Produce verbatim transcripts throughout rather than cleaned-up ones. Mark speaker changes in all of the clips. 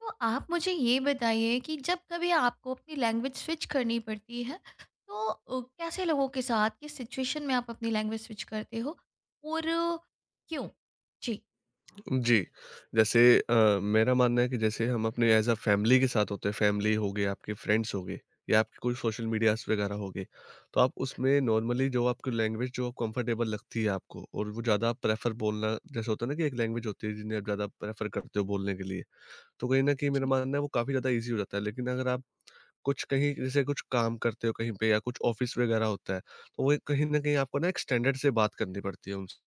Speaker 1: तो आप मुझे ये बताइए कि जब कभी आपको अपनी लैंग्वेज स्विच करनी पड़ती है तो अ, कैसे लोगों के साथ किस सिचुएशन में आप अपनी लैंग्वेज स्विच करते हो और अ, क्यों? जी।
Speaker 2: जी। जैसे अ, मेरा मानना है कि जैसे हम अपने एज़ अ फैमिली के साथ होते हैं, फैमिली हो गए, आपके फ्रेंड्स हो गए या आपके कोई सोशल मीडियाज़ वगैरह हो गए, तो आप उसमें नॉर्मली जो आपकी लैंग्वेज जो कंफर्टेबल लगती है आपको और वो ज़्यादा प्रेफ़र बोलना जैसे होता है ना कि एक लैंग्वेज होती है जिन्हें आप ज़्यादा प्रेफ़र करते हो बोलने के लिए, तो कहीं न कहीं मेरा
Speaker 1: जी,
Speaker 2: मानना है वो काफ़ी ज़्यादा ईज़ी हो जाता है। लेकिन अगर आप कुछ कहीं जैसे कुछ काम करते हो कहीं पे या कुछ ऑफ़िस वगैरह होता है, तो वो कहीं न कहीं आपको ना एक स्टैंडर्ड से बात करनी पड़ती है उनसे।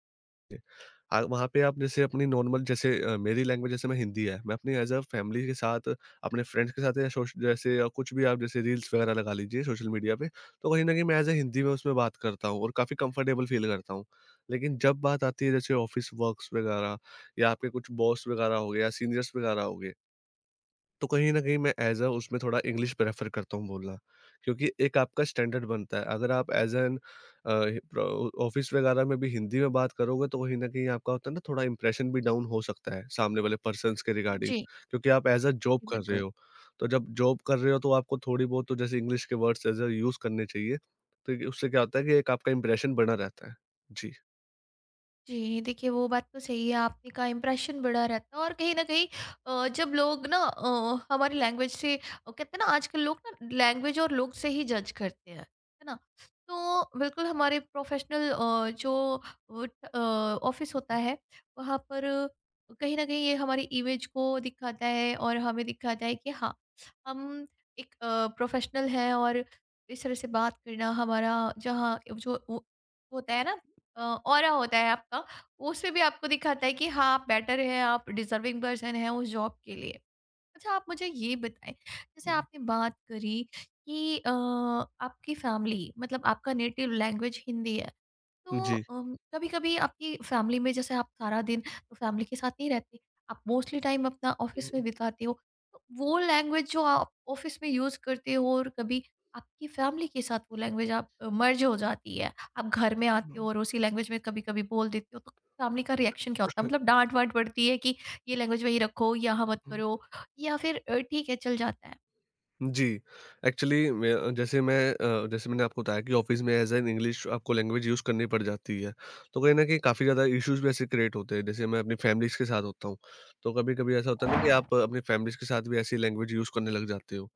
Speaker 2: आ, वहाँ पे आप जैसे अपनी नॉर्मल जैसे अ, मेरी लैंग्वेज जैसे मैं हिंदी है, मैं अपनी एज़ अ फैमिली के साथ, अपने फ्रेंड्स के साथ या सोश जैसे या कुछ भी आप जैसे रील्स वगैरह लगा लीजिए सोशल मीडिया पे, तो कहीं न कहीं मैं एज़ अ हिंदी में उसमें बात करता हूँ और काफ़ी कंफर्टेबल फ़ील करता हूँ। लेकिन जब बात आती है जैसे ऑफ़िस वर्क्स वगैरह या आपके कुछ बॉस वगैरह हो गए या सीनियर्स वगैरह हो गए, तो कहीं न कहीं मैं ऐज़ अ उसमें थोड़ा इंग्लिश प्रेफ़र करता हूँ बोलना, क्योंकि एक आपका स्टैंडर्ड बनता है। अगर आप ऐज़ एन अ, प्र ऑफ़िस वगैरह में भी हिंदी में बात करोगे, तो कहीं न कहीं आपका होता है ना, थोड़ा इंप्रेशन भी डाउन हो सकता है सामने वाले पर्सन्स के रिगार्डिंग,
Speaker 1: जी, जी,
Speaker 2: क्योंकि आप ऐज़ अ जॉब कर रहे
Speaker 1: बिल्कुल।
Speaker 2: हो। तो जब जॉब कर रहे हो, तो आपको थोड़ी बहुत तो जैसे इंग्लिश के वर्ड्स ऐज़ अ यूज़ करने चाहिए। तो ये उससे क्या होता है कि एक आपका इंप्रेशन बना रहता है। जी।
Speaker 1: जी, देखिए वो बात तो सही है, आपने कहा इम्प्रेशन बड़ा रहता है और कहीं न कहीं अ, जब लोग ना अ, हमारी लैंग्वेज से अ, कहते हैं ना आजकल लोग ना लैंग्वेज और लोग से ही जज करते हैं, है ना? तो बिल्कुल हमारे प्रोफ़ेशनल अ, जो वुट अ, ऑफ़िस होता है, वहाँ पर कहीं न कहीं ये हमारी इमेज को दिखाता है और हमें दिखाता है कि हाँ, हम एक अ, प्रोफ़ेशनल हैं और इस तरह से बात करना हमारा, जहाँ जो वो होता है ना ऑरा होता है आपका, उसमें भी आपको दिखाता है कि हाँ आप बेटर है, आप डिजर्विंग पर्सन है उस जॉब के लिए। अच्छा आप मुझे ये बताएं, जैसे
Speaker 2: हुँ।
Speaker 1: आपने बात करी कि अ, आपकी फैमिली मतलब आपका नेटिव लैंग्वेज हिंदी है, तो
Speaker 2: जी।
Speaker 1: कभी कभी आपकी फैमिली में, जैसे आप सारा दिन तो फैमिली के साथ नहीं रहते, आप मोस्टली टाइम अपना ऑफिस में
Speaker 2: हुँ,
Speaker 1: बिताते हो, तो वो लैंग्वेज जो आप ऑफिस में यूज करते हो और कभी आपकी फैमिली के साथ वो लैंग्वेज आप मर्ज हो जाती है, आप घर में आते हो
Speaker 2: हुँ।
Speaker 1: और उसी लैंग्वेज में कभी कभी बोल देते हो, तो फैमिली का रिएक्शन क्या होता है, मतलब डांट वांट पड़ती है कि ये लैंग्वेज वही रखो यहाँ मत करो, या फिर अ, ठीक है चल जाता है?
Speaker 2: जी, एक्चुअली मैं जैसे मैं अ, जैसे मैंने आपको बताया कि ऑफ़िस में एज़ एन इंग्लिश आपको लैंग्वेज यूज़ करनी पड़ जाती है। तो कहीं न कहीं काफ़ी ज़्यादा इश्यूज़ भी ऐसे क्रिएट होते हैं, जैसे मैं अपनी फैमिलीज़ के साथ होता हूँ। तो कभी-कभी ऐसा होता है ना कि आप अपनी फैमिलीज़ के साथ भी ऐसी लैंग्वेज यूज़ करने लग जाते हो।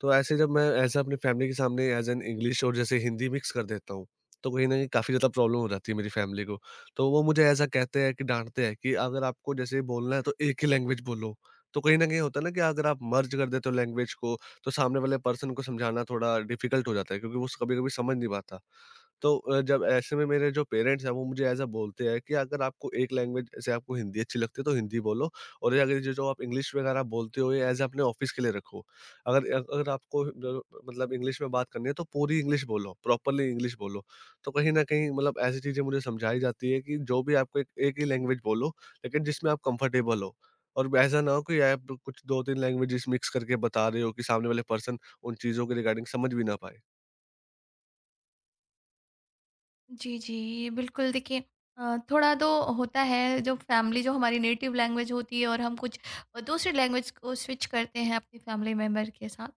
Speaker 2: तो ऐसे जब मैं ऐसा अपनी फैमिली के सामने एज़ एन इंग्लिश और जैसे हिंदी मिक्स कर देता हूँ, तो कहीं न कहीं काफ़ी ज़्यादा प्रॉब्लम हो जाती है मेरी फैमिली को। तो वो मुझे ऐसा कहते हैं कि डाँटते हैं कि अगर आपको जैसे बोलना है, तो एक ही लैंग्वेज बोलो। तो कहीं न कहीं होता है ना कि अगर आप मर्ज कर देते हो लैंग्वेज को, तो सामने वाले पर्सन को समझाना थोड़ा डिफ़िकल्ट हो जाता है, क्योंकि वो स कभी-कभी समझ नहीं पाता। तो अ, जब ऐसे में मेरे जो पेरेंट्स हैं, वो मुझे ऐसा बोलते हैं कि अगर आपको एक लैंग्वेज जैसे आपको हिंदी अच्छी लगती है, तो हिंदी बोलो और ये अगर जो जो आप इंग्लिश वगैरह बोलते हो, ये एज अपने ऑफिस के लिए रखो। अगर अगर आपको जो मतलब इंग्लिश में बात करनी है, तो पूरी इंग्लिश बोलो, प्रॉपर्ली इंग्लिश बोलो। तो कहीं न कहीं मतलब ऐसी चीज़ें मुझे समझाई जाती है कि जो भी आपको एक एक ही लैंग्वेज बोलो, लेकिन जिसमें आप कंफर्टेबल हो। और ऐसा ना हो कि आप कुछ दो तीन लैंग्वेजेस मिक्स करके बता रहे हो कि सामने वाले पर्सन उन चीज़ों के रिगार्डिंग समझ भी ना पाए।
Speaker 1: जी, जी। बिल्कुल, देखिए अ, थोड़ा तो होता है जब फैमिली जो हमारी नेटिव लैंग्वेज होती है और हम कुछ अ, दूसरी लैंग्वेज को स्विच करते हैं अपनी फैमिली मेंबर के साथ,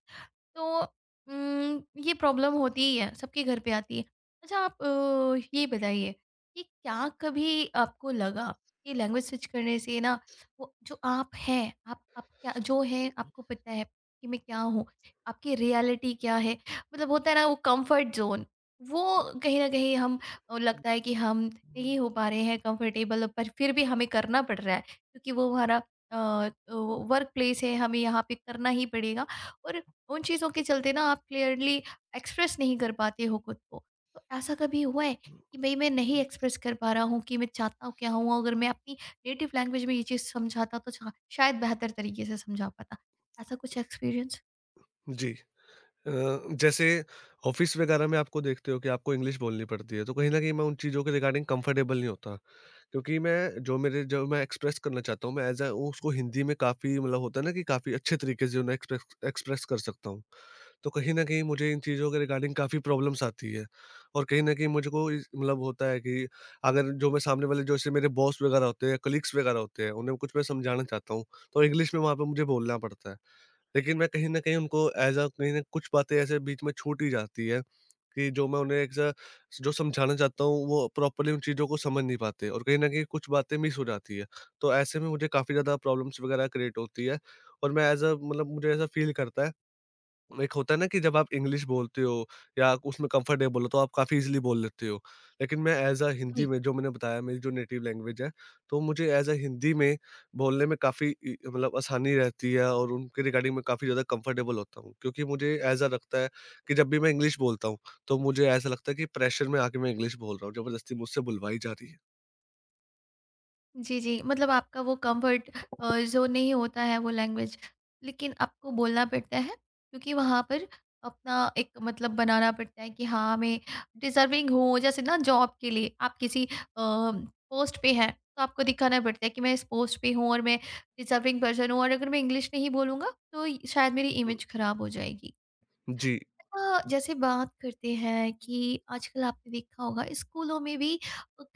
Speaker 1: तो उम, ये प्रॉब्लम होती ही है, सबके घर पे आती है। अच्छा आप अ, ये बताइए कि क्या कभी आपको लगा कि लैंग्वेज स्विच करने से ना वो जो आप हैं, आप आप क्या जो हैं आपको पता है कि मैं क्या हूँ, आपकी रियलिटी क्या है? मतलब होता है ना वो कम्फर्ट ज़ोन, वो कहीं न कहीं हम, और लगता है कि हम नहीं हो पा रहे हैं कंफर्टेबल, पर फिर भी हमें करना पड़ रहा है क्योंकि वो हमारा वर्क प्लेस है, हमें यहाँ पे करना ही पड़ेगा, और उन चीज़ों के चलते ना आप क्लियरली एक्सप्रेस नहीं कर पाते हो खुद को। तो ऐसा कभी हुआ है कि भाई मैं नहीं एक्सप्रेस कर पा रहा हूँ कि मैं चाहता हूँ क्या हूँ, अगर मैं अपनी नेटिव लैंग्वेज में ये चीज़ समझाता तो शा- शायद बेहतर तरीके से समझा पाता, ऐसा कुछ एक्सपीरियंस?
Speaker 2: जी। अ, जैसे ऑफिस वगैरह में आपको देखते हो कि आपको इंग्लिश बोलनी पड़ती है, तो कहीं न कहीं मैं उन चीज़ों के रिगार्डिंग कंफर्टेबल नहीं होता। क्योंकि मैं जो मेरे जो मैं एक्सप्रेस करना चाहता हूँ, मैं एज़ अ उसको हिंदी में काफ़ी मतलब होता है ना कि काफ़ी अच्छे तरीके से उन्हें एक्सप्रेस एक्सप्रेस कर सकता हूँ। तो कहीं न कहीं मुझे इन चीज़ों के रिगार्डिंग काफ़ी प्रॉब्लम्स आती है। और कहीं न कहीं मुझको इस मतलब होता है कि अगर जो मैं सामने वाले जो जैसे मेरे बॉस वगैरह होते हैं, कलीग्स वगैरह होते हैं, उन्हें कुछ मैं समझाना चाहता हूँ, तो इंग्लिश में वहाँ पे मुझे बोलना पड़ता है। लेकिन मैं कहीं न कहीं उनको एज़ अ कहीं न कुछ बातें ऐसे बीच में छूट ही जाती है कि जो मैं उन्हें एक अ, जो समझाना चाहता हूँ, वो प्रॉपर्ली उन चीज़ों को समझ नहीं पाते, और कहीं न कहीं कुछ बातें मिस हो जाती है। तो ऐसे में मुझे काफ़ी ज़्यादा प्रॉब्लम्स वग़ैरह क्रिएट होती है, और मैं एज़ अ मतलब मुझे ऐसा फ़ील करता है, एक होता है ना कि जब आप इंग्लिश बोलते हो या उसमें कंफर्टेबल हो, तो आप काफ़ी इजीली बोल लेते हो। लेकिन मैं एज़ अ हिंदी में, जो मैंने बताया मेरी जो नेटिव लैंग्वेज है, तो मुझे एज़ अ हिंदी में बोलने में काफ़ी इ मतलब आसानी रहती है, और उनके रिगार्डिंग मैं काफ़ी ज़्यादा कंफर्टेबल होता हूँ। क्योंकि मुझे ऐसा लगता है कि जब भी मैं इंग्लिश बोलता हूँ, तो मुझे ऐसा लगता है कि प्रेशर में आके मैं इंग्लिश बोल रहा हूँ, ज़बरदस्ती मुझसे बुलवाई जा रही है।
Speaker 1: जी, जी। मतलब आपका वो कम्फ़र्ट अ, ज़ोन नहीं होता है वो लैंग्वेज, लेकिन आपको बोलना पड़ता है क्योंकि वहाँ पर अपना एक मतलब बनाना पड़ता है कि हाँ, मैं डिज़र्विंग हूँ। जैसे ना जॉब के लिए आप किसी अ, पोस्ट पे हैं, तो आपको दिखाना पड़ता है कि मैं इस पोस्ट पे हूँ और मैं डिज़र्विंग पर्सन हूँ, और अगर मैं इंग्लिश नहीं बोलूँगा, तो शायद मेरी
Speaker 2: हुँ,
Speaker 1: इमेज खराब हो जाएगी।
Speaker 2: जी।
Speaker 1: अच्छा, जैसे बात करते हैं कि आजकल आपने देखा होगा स्कूलों में भी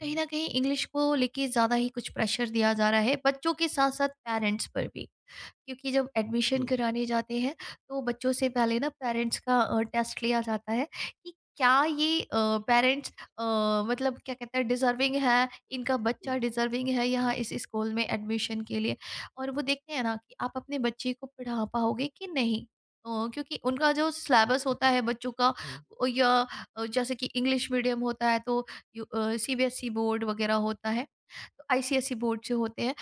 Speaker 2: हुँ,
Speaker 1: ना कहीं इंग्लिश को लेके ज़्यादा ही कुछ प्रेशर दिया जा रहा है, बच्चों के साथ साथ पेरेंट्स पर भी, क्योंकि जब एडमिशन
Speaker 2: हुँ,
Speaker 1: कराने जाते हैं, तो बच्चों से पहले ना पेरेंट्स का अ, टेस्ट लिया जाता है कि क्या ये पेरेंट्स, मतलब क्या कहते हैं, डिजर्विंग है, इनका
Speaker 2: हुँ,
Speaker 1: बच्चा डिजर्विंग है यहाँ इस स्कूल में एडमिशन के लिए, और वो देखते हैं ना कि आप अपने बच्चे को पढ़ा पाओगे कि नहीं, अ, क्योंकि उनका जो सिलेबस होता है बच्चों का,
Speaker 2: हुँ,
Speaker 1: अ, या अ, जैसे कि इंग्लिश मीडियम होता है, तो सीबीएसई बोर्ड वगैरह होता है, तो आईसीएसई बोर्ड से होते हैं,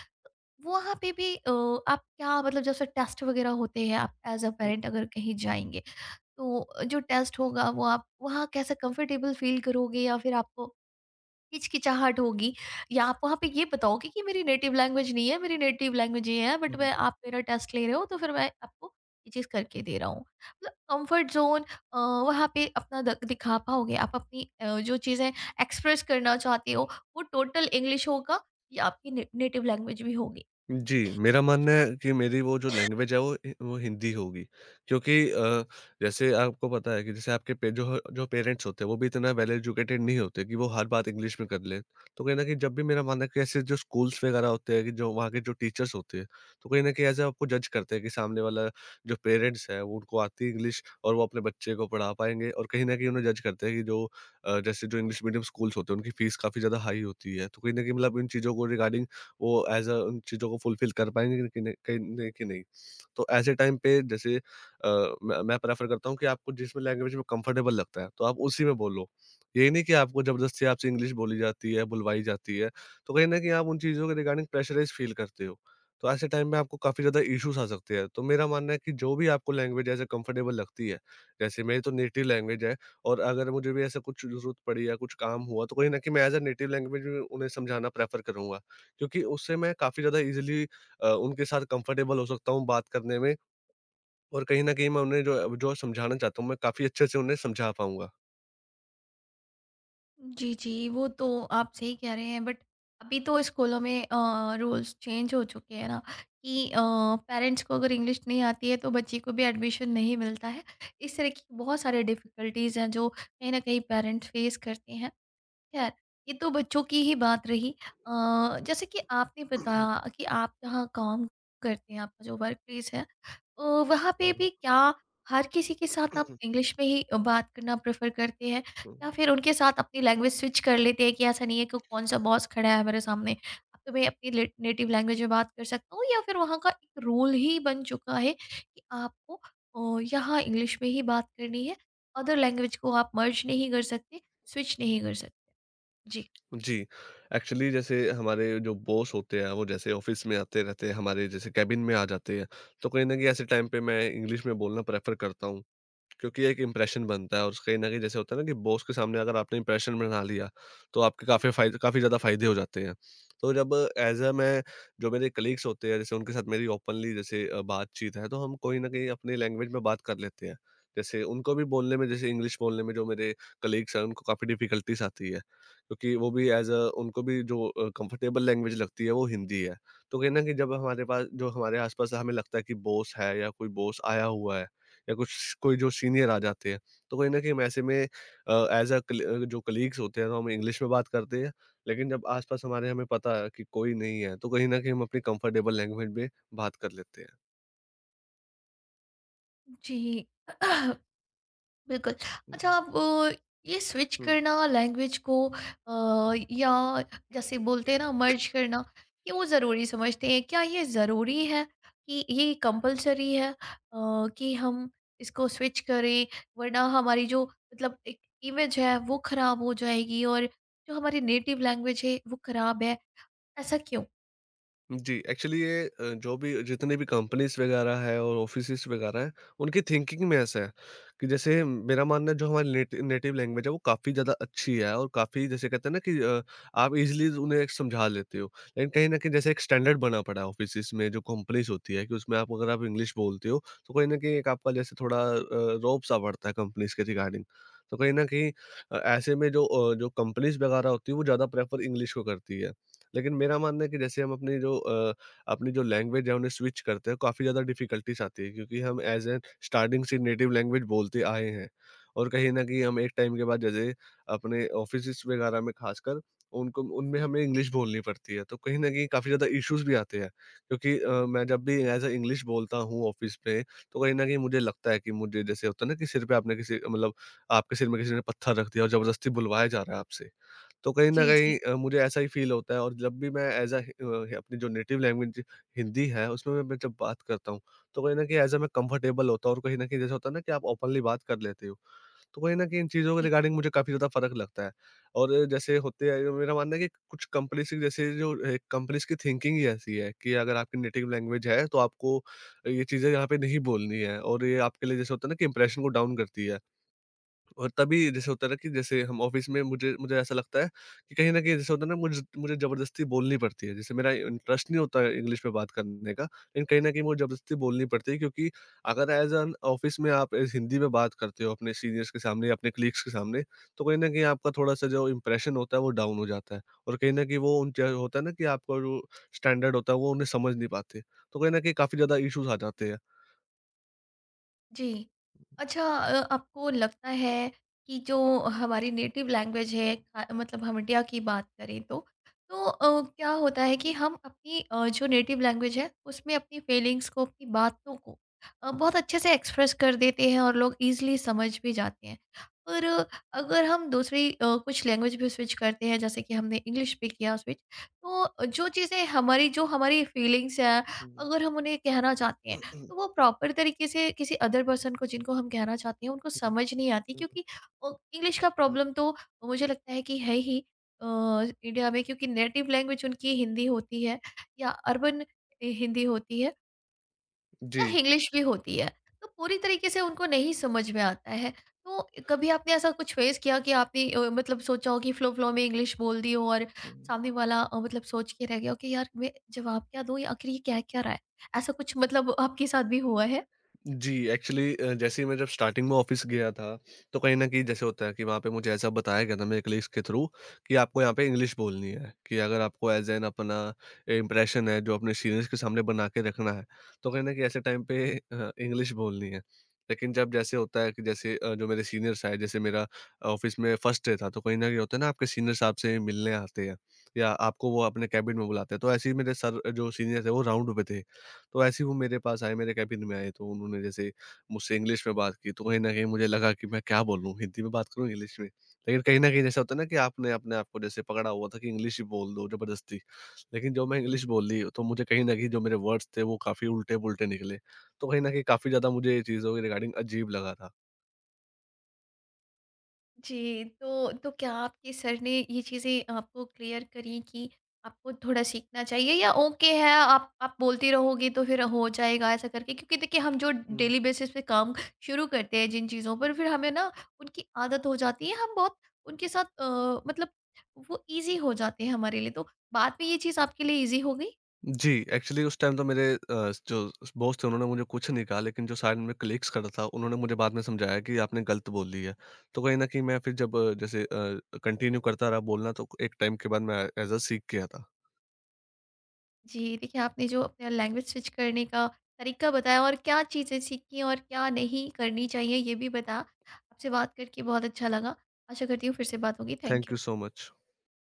Speaker 1: वहाँ पे भी अ, आप क्या मतलब जैसे टेस्ट वगैरह होते हैं, आप एज अ पेरेंट अगर कहीं जाएँगे, तो जो टेस्ट होगा वो आप वहाँ कैसा कंफर्टेबल फ़ील करोगे, या फिर आपको हिचकिचाहट होगी? या आप वहाँ पे ये बताओगे कि मेरी नेटिव लैंग्वेज नहीं है, मेरी नेटिव लैंग्वेज ये है, बट
Speaker 2: हुँ,
Speaker 1: मैं,
Speaker 2: हुँ।
Speaker 1: आप मेरा टेस्ट ले रहे हो तो फिर मैं आपको ये चीज़ करके दे रहा हूँ। मतलब कंफर्ट ज़ोन अ, वहाँ पे अपना द दिखा पाओगे, आप अपनी अ, जो चीज़ें एक्सप्रेस करना चाहते हो वो टोटल इंग्लिश होगा या आपकी ने नेटिव लैंग्वेज भी होगी?
Speaker 2: जी, मेरा मानना है कि मेरी वो जो लैंग्वेज है, वो हि वो हिंदी होगी। क्योंकि अ, जैसे आपको पता है कि जैसे आपके पे जो ह जो पेरेंट्स होते हैं, वो भी इतना वेल एजुकेटेड नहीं होते कि वो हर बात इंग्लिश में कर लें। तो कहीं न कहीं जब भी मेरा मानना है कि ऐसे जो स्कूल्स वगैरह होते हैं कि जो वहाँ के जो टीचर्स होते हैं, तो कहीं न कहीं ऐसे आपको जज करते हैं कि सामने वाला जो पेरेंट्स है, वो उनको आती है इंग्लिश और वो अपने बच्चे को पढ़ा पाएँगे, और कहीं न कहीं उन्हें जज करते हैं कि जो अ, जैसे जो इंग्लिश मीडियम स्कूल्स होते हैं, उनकी फीस काफ़ी ज़्यादा हाई होती है। तो कहीं न कहीं मतलब इन चीज़ों को रिगार्डिंग वो एज़ अ उन चीज़ों को फुलफ़िल कर पाएँगे कि नहीं कि नहीं कि नहीं। तो ऐसे टाइम पे जैसे अ, मैं मैं प्रेफ़र करता हूँ कि आपको जिस भी लैंग्वेज में कंफ़र्टेबल लगता है, तो आप उसी में बोलो। ये नहीं कि आपको ज़बरदस्ती आपसे इंग्लिश बोली जाती है, बुलवाई जाती है, तो कहीं न कहीं आप उन चीज़ों के रिगार्डिंग प्रेशराइज़ फ़ील करते हो। तो ऐसे टाइम में आपको काफ़ी ज़्यादा इश्यूज़ आ सकते हैं। तो मेरा मानना है कि जो भी आपको लैंग्वेज ऐसे कंफ़र्टेबल लगती है, जैसे मेरी तो नेटिव लैंग्वेज है, और अगर मुझे भी ऐसा कुछ ज़रूरत पड़ी या कुछ काम हुआ, तो कहीं न कहीं मैं एज़ अ नेटिव लैंग्वेज में उन्हें समझाना प्रेफ़र करूँगा। क्योंकि उससे मैं काफ़ी ज़्यादा ईज़िली अ, उनके साथ कंफर्टेबल हो सकता हूँ बात करने में, और कहीं न कहीं मैं उन्हें जो जो समझाना चाहता हूँ, मैं काफ़ी अच्छे से उन्हें समझा पाऊँगा।
Speaker 1: जी, जी, वो तो आप सही कह रहे हैं, बट अभी तो स्कूलों में अ, रूल्स चेंज हो चुके हैं ना कि अ, पेरेंट्स को अगर इंग्लिश नहीं आती है तो बच्चे को भी एडमिशन नहीं मिलता है। इस तरह की बहुत सारी डिफ़िकल्टीज़ हैं जो कहीं न कहीं पेरेंट्स फेस करते हैं। खैर, ये तो बच्चों की ही बात रही। अ, जैसे कि आपने बताया कि आप जहाँ काम करते हैं, आपका जो वर्क प्लेस है, अ, वहाँ पे भी क्या हर किसी के साथ आप इंग्लिश में ही बात करना प्रेफ़र करते हैं? या फिर उनके साथ अपनी लैंग्वेज स्विच कर लेते हैं कि ऐसा नहीं है कि कौन-सा बॉस खड़ा है मेरे सामने, अब तो मैं अपनी ले नेटिव लैंग्वेज में बात कर सकता हूँ, या फिर वहाँ का एक रूल ही बन चुका है कि आपको अ, यहाँ इंग्लिश में ही बात करनी है, अदर लैंग्वेज को आप मर्ज नहीं कर सकते, स्विच नहीं कर सकते? जी,
Speaker 2: जी, एक्चुअली जैसे हमारे जो बॉस होते हैं, वो जैसे ऑफ़िस में आते रहते हैं, हमारे जैसे केबिन में आ जाते हैं, तो कहीं न कहीं ऐसे टाइम पे मैं इंग्लिश में बोलना प्रेफ़र करता हूँ। क्योंकि एक इम्प्रेशन बनता है, और कहीं न कहीं जैसे होता है ना कि बॉस के सामने अगर आपने इम्प्रेशन बना लिया, तो आपके काफ़ी फ़ायदे काफ़ी ज़्यादा फ़ायदे हो जाते हैं। तो जब एज़ अ मैं जो मेरे कलीग्स होते हैं, जैसे उनके साथ मेरी ओपनली जैसे अ, बातचीत है, तो हम कोई न कहीं अपनी लैंग्वेज में बात कर लेते हैं। जैसे उनको भी बोलने में, जैसे इंग्लिश बोलने में, जो मेरे कलीग्स हैं, उनको काफ़ी डिफ़िकल्टीज़ आती है, क्योंकि वो भी एज़ अ उनको भी जो अ, कम्फ़र्टेबल लैंग्वेज लगती है, वो हिंदी है। तो कहीं न कहीं जब हमारे पास, जो हमारे आस-पास हमें लगता है कि बॉस है या कोई बॉस आया हुआ है या कुछ कोई जो सीनियर आ जाते हैं, तो कहीं न कहीं हम ऐसे में अ, एज़ अ, कल अ, जो कलीग्स होते हैं, तो हम इंग्लिश में बात करते हैं। लेकिन जब आस-पास हमारे हमें पता है कि कोई नहीं है, तो कहीं न कहीं हम अपनी कंफर्टेबल लैंग्वेज में बात कर लेते हैं।
Speaker 1: जी। बिल्कुल। अच्छा आप अ, ये स्विच
Speaker 2: हुँ।
Speaker 1: करना लैंग्वेज को, अ, या जैसे बोलते हैं ना मर्ज करना, क्यों ज़रूरी समझते हैं? क्या ये ज़रूरी है, कि ये कंपल्सरी है अ, कि हम इसको स्विच करें, वरना हमारी जो, मतलब एक इमेज है वो ख़राब हो जाएगी और जो हमारी नेटिव लैंग्वेज है वो ख़राब है, ऐसा क्यों?
Speaker 2: जी, एक्चुअली ये अ, जो भी जितने भी कंपनीज़ वगैरह है और ऑफ़िसेज़ वगैरह हैं, उनकी थिंकिंग में ऐसा है कि जैसे मेरा मानना है जो हमारी नेट नेटिव लैंग्वेज है, वो काफ़ी ज़्यादा अच्छी है, और काफ़ी जैसे कहते हैं ना कि अ, आप ईज़िली उन्हें एक समझा लेते हो। लेकिन कहीं न कहीं जैसे एक स्टैंडर्ड बना पड़ा है ऑफ़िसेज़ में जो कंपनीज़ होती है, कि उसमें आप अगर आप इंग्लिश बोलते हो, तो कहीं न कहीं एक आपका जैसे थोड़ा अ, रौब-सा बढ़ता है कंपनीज़ के रिगार्डिंग। तो कहीं न कहीं अ, ऐसे में जो अ, जो कंपनीज़ वगैरह होती है, वो ज़्यादा प्रेफ़र इंग्लिश को करती है। लेकिन मेरा मानना है कि जैसे हम अपनी जो अ, अपनी जो लैंग्वेज है, उन्हें स्विच करते हैं, काफ़ी ज़्यादा डिफिकल्टीज आती है, क्योंकि हम एज एन स्टार्टिंग से नेटिव लैंग्वेज बोलते आए हैं, और कहीं न कहीं हम एक टाइम के बाद जैसे अपने ऑफिसेस वगैरह में खासकर उनको उनमें हमें इंग्लिश बोलनी पड़ती है तो कहीं न कहीं काफ़ी ज़्यादा इश्यूज़ भी आते हैं, क्योंकि अ, मैं जब भी एज अ इंग्लिश बोलता हूँ ऑफिस में, तो कहीं न कहीं मुझे लगता है कि मुझे जैसे होता है ना कि सिर पे आपने किसी मतलब आपके सिर में किसी ने पत्थर रख दिया और ज़बरदस्ती बुलवाया जा रहा है आपसे। तो कहीं न
Speaker 1: जी, जी।
Speaker 2: कहीं अ, मुझे ऐसा ही फ़ील होता है, और जब भी मैं एज़ अ अ, अपनी जो नेटिव लैंग्वेज हिंदी है, उसमें मैं मैं जब बात करता हूँ, तो कहीं न कहीं एज़ अ मैं कंफर्टेबल होता हूँ, और कहीं न कहीं जैसे होता है ना कि आप ओपनली बात कर लेते हो। तो कहीं न कहीं इन चीज़ों के
Speaker 1: जी।
Speaker 2: रिगार्डिंग मुझे काफ़ी ज़्यादा फ़र्क लगता है। और अ, जैसे होते हैं, मेरा मानना है कि कुछ कंपनीज़ की, जैसे जो अ, कंपनीज़ की थिंकिंग ही ऐसी है कि अगर आपकी नेटिव लैंग्वेज है, तो आपको ये चीज़ें यहाँ पे नहीं बोलनी है, और ये आपके लिए जैसे होता है ना कि इंप्रेशन को डाउन करती है। और तभी जैसे होता है ना कि जैसे हम ऑफिस में, मुझे मुझे ऐसा लगता है कि कहीं न कहीं जैसे होता है ना, मुझे मुझे ज़बरदस्ती बोलनी पड़ती है। जैसे मेरा इंटरेस्ट नहीं होता है इंग्लिश में बात करने का, लेकिन कहीं न कहीं मुझे ज़बरदस्ती बोलनी पड़ती है, क्योंकि अगर एज़ एन ऑफिस में आप एज़ हिंदी में बात करते हो अपने सीनियर्स के सामने या अपने कलीग्स के सामने, तो कहीं न कहीं आपका थोड़ा-सा जो इम्प्रेशन होता है वो डाउन हो जाता है। और कहीं न कहीं वो उन जो होता है ना कि आपका जो स्टैंडर्ड होता है, वो उन्हें समझ नहीं पाते। तो कहीं न कहीं काफ़ी ज़्यादा इश्यूज़ आ जाते हैं।
Speaker 1: जी। अच्छा अ, आपको लगता है कि जो हमारी नेटिव लैंग्वेज है, अ, मतलब हम इंडिया की बात करें तो, तो अ, क्या होता है कि हम अपनी अ, जो नेटिव लैंग्वेज है उसमें अपनी फीलिंग्स को, अपनी बातों को, अ, बहुत अच्छे से एक्सप्रेस कर देते हैं और लोग ईज़िली समझ भी जाते हैं। और अ, अगर हम दूसरी अ, कुछ लैंग्वेज भी स्विच करते हैं, जैसे कि हमने इंग्लिश पे किया स्विच, तो जो चीज़ें हमारी, जो हमारी फीलिंग्स हैं,
Speaker 2: हुँ, हुँ,
Speaker 1: अगर हम उन्हें कहना चाहते हैं,
Speaker 2: हुँ,
Speaker 1: तो वो प्रॉपर तरीके से किसी अदर पर्सन को, जिनको हम कहना चाहते हैं, उनको समझ नहीं आती,
Speaker 2: हुँ,
Speaker 1: क्योंकि इंग्लिश का
Speaker 2: हुँ।
Speaker 1: प्रॉब्लम तो मुझे लगता है कि है ही इंडिया में, क्योंकि नेटिव लैंग्वेज उनकी हिंदी होती है, या अर्बन हिंदी होती है, या
Speaker 2: जी।
Speaker 1: इंग्लिश भी होती है, तो पूरी तरीके से उनको नहीं समझ में आता है। तो कभी आपने ऐसा कुछ फेस किया कि आपने अ, मतलब सोचा हो कि फ्लो फ्लो में इंग्लिश बोल दी हो और सामने वाला अ, मतलब सोच के रह गया हो कि यार मैं जवाब क्या दूं, या आखिर ये क्या क्या रहा है, ऐसा कुछ मतलब आपके साथ भी हुआ है?
Speaker 2: जी, एक्चुअली अ, जैसे ही मैं, जब स्टार्टिंग में ऑफ़िस गया था, तो कहीं न कहीं जैसे होता है कि वहाँ पे मुझे ऐसा बताया गया था मेरे कलीग्स के थ्रू, कि आपको यहाँ पे इंग्लिश बोलनी है, कि अगर आपको ऐज़ एन अपना इम्प्रेशन है जो अपने सीनियर्स के सामने बना के रखना है, तो कहीं न कहीं ऐसे टाइम पे अ, इंग्लिश बोलनी है। लेकिन जब जैसे होता है कि, जैसे अ, जो मेरे सीनियर्स आए, जैसे मेरा ऑफ़िस में फर्स्ट डे था, तो कहीं न कहीं होता है ना, आपके सीनियर्स आपसे मिलने आते हैं या आपको वो अपने केबिन में बुलाते हैं, तो ऐसे ही मेरे सर, जो सीनियर थे, वो राउंड पे थे। तो ऐसे ही वो मेरे पास आए, मेरे केबिन में आए, तो उन्होंने जैसे मुझसे इंग्लिश में बात की, तो कहीं न कहीं मुझे लगा कि मैं क्या बोलूँ, हिंदी में बात करूँ, इंग्लिश में? लेकिन कहीं न कहीं जैसा होता है ना कि आपने अपने आप को जैसे पकड़ा हुआ था कि इंग्लिश ही बोल दो ज़बरदस्ती। लेकिन जो मैं इंग्लिश बोली, तो मुझे कहीं न कहीं जो मेरे वर्ड्स थे, वो काफ़ी उल्टे-पुल्टे निकले। तो कहीं न कहीं काफ़ी ज़्यादा मुझे ये चीज़ों के रिगार्डिंग अजीब लगा था।
Speaker 1: जी, तो तो क्या आपके सर ने ये चीज़ें आपको क्लियर करी कि आपको थोड़ा सीखना चाहिए, या ओके है, आप आप बोलती रहोगी तो फिर हो जाएगा, ऐसा करके? क्योंकि देखिए, हम जो डेली बेसिस पे काम शुरू करते हैं, जिन चीज़ों पर, फिर हमें ना उनकी आदत हो जाती है, हम बहुत उनके साथ, अ, मतलब वो ईज़ी हो जाते हैं हमारे लिए। तो बाद में ये चीज़ आपके लिए ईज़ी हो गई?
Speaker 2: जी, एक्चुअली उस टाइम तो मेरे अ, जो बॉस थे, उन्होंने मुझे कुछ नहीं कहा, लेकिन जो साइड में कलीग्स खड़ा था, उन्होंने मुझे बाद में समझाया कि आपने गलत बोल दी है। तो कहीं न कहीं मैं फिर जब, जैसे अ, जैसे कंटिन्यू करता रहा बोलना, तो एक टाइम के बाद मैं एज़ अ सीख गया था।
Speaker 1: जी, देखिए आपने जो अपना लैंग्वेज स्विच करने का तरीका बताया और क्या चीज़ें सीखीं और क्या नहीं करनी चाहिए ये भी बताया। आपसे बात करके बहुत अच्छा लगा। आशा करती हूँ फिर से बात होगी। Thank
Speaker 2: thank
Speaker 1: you.
Speaker 2: You so much.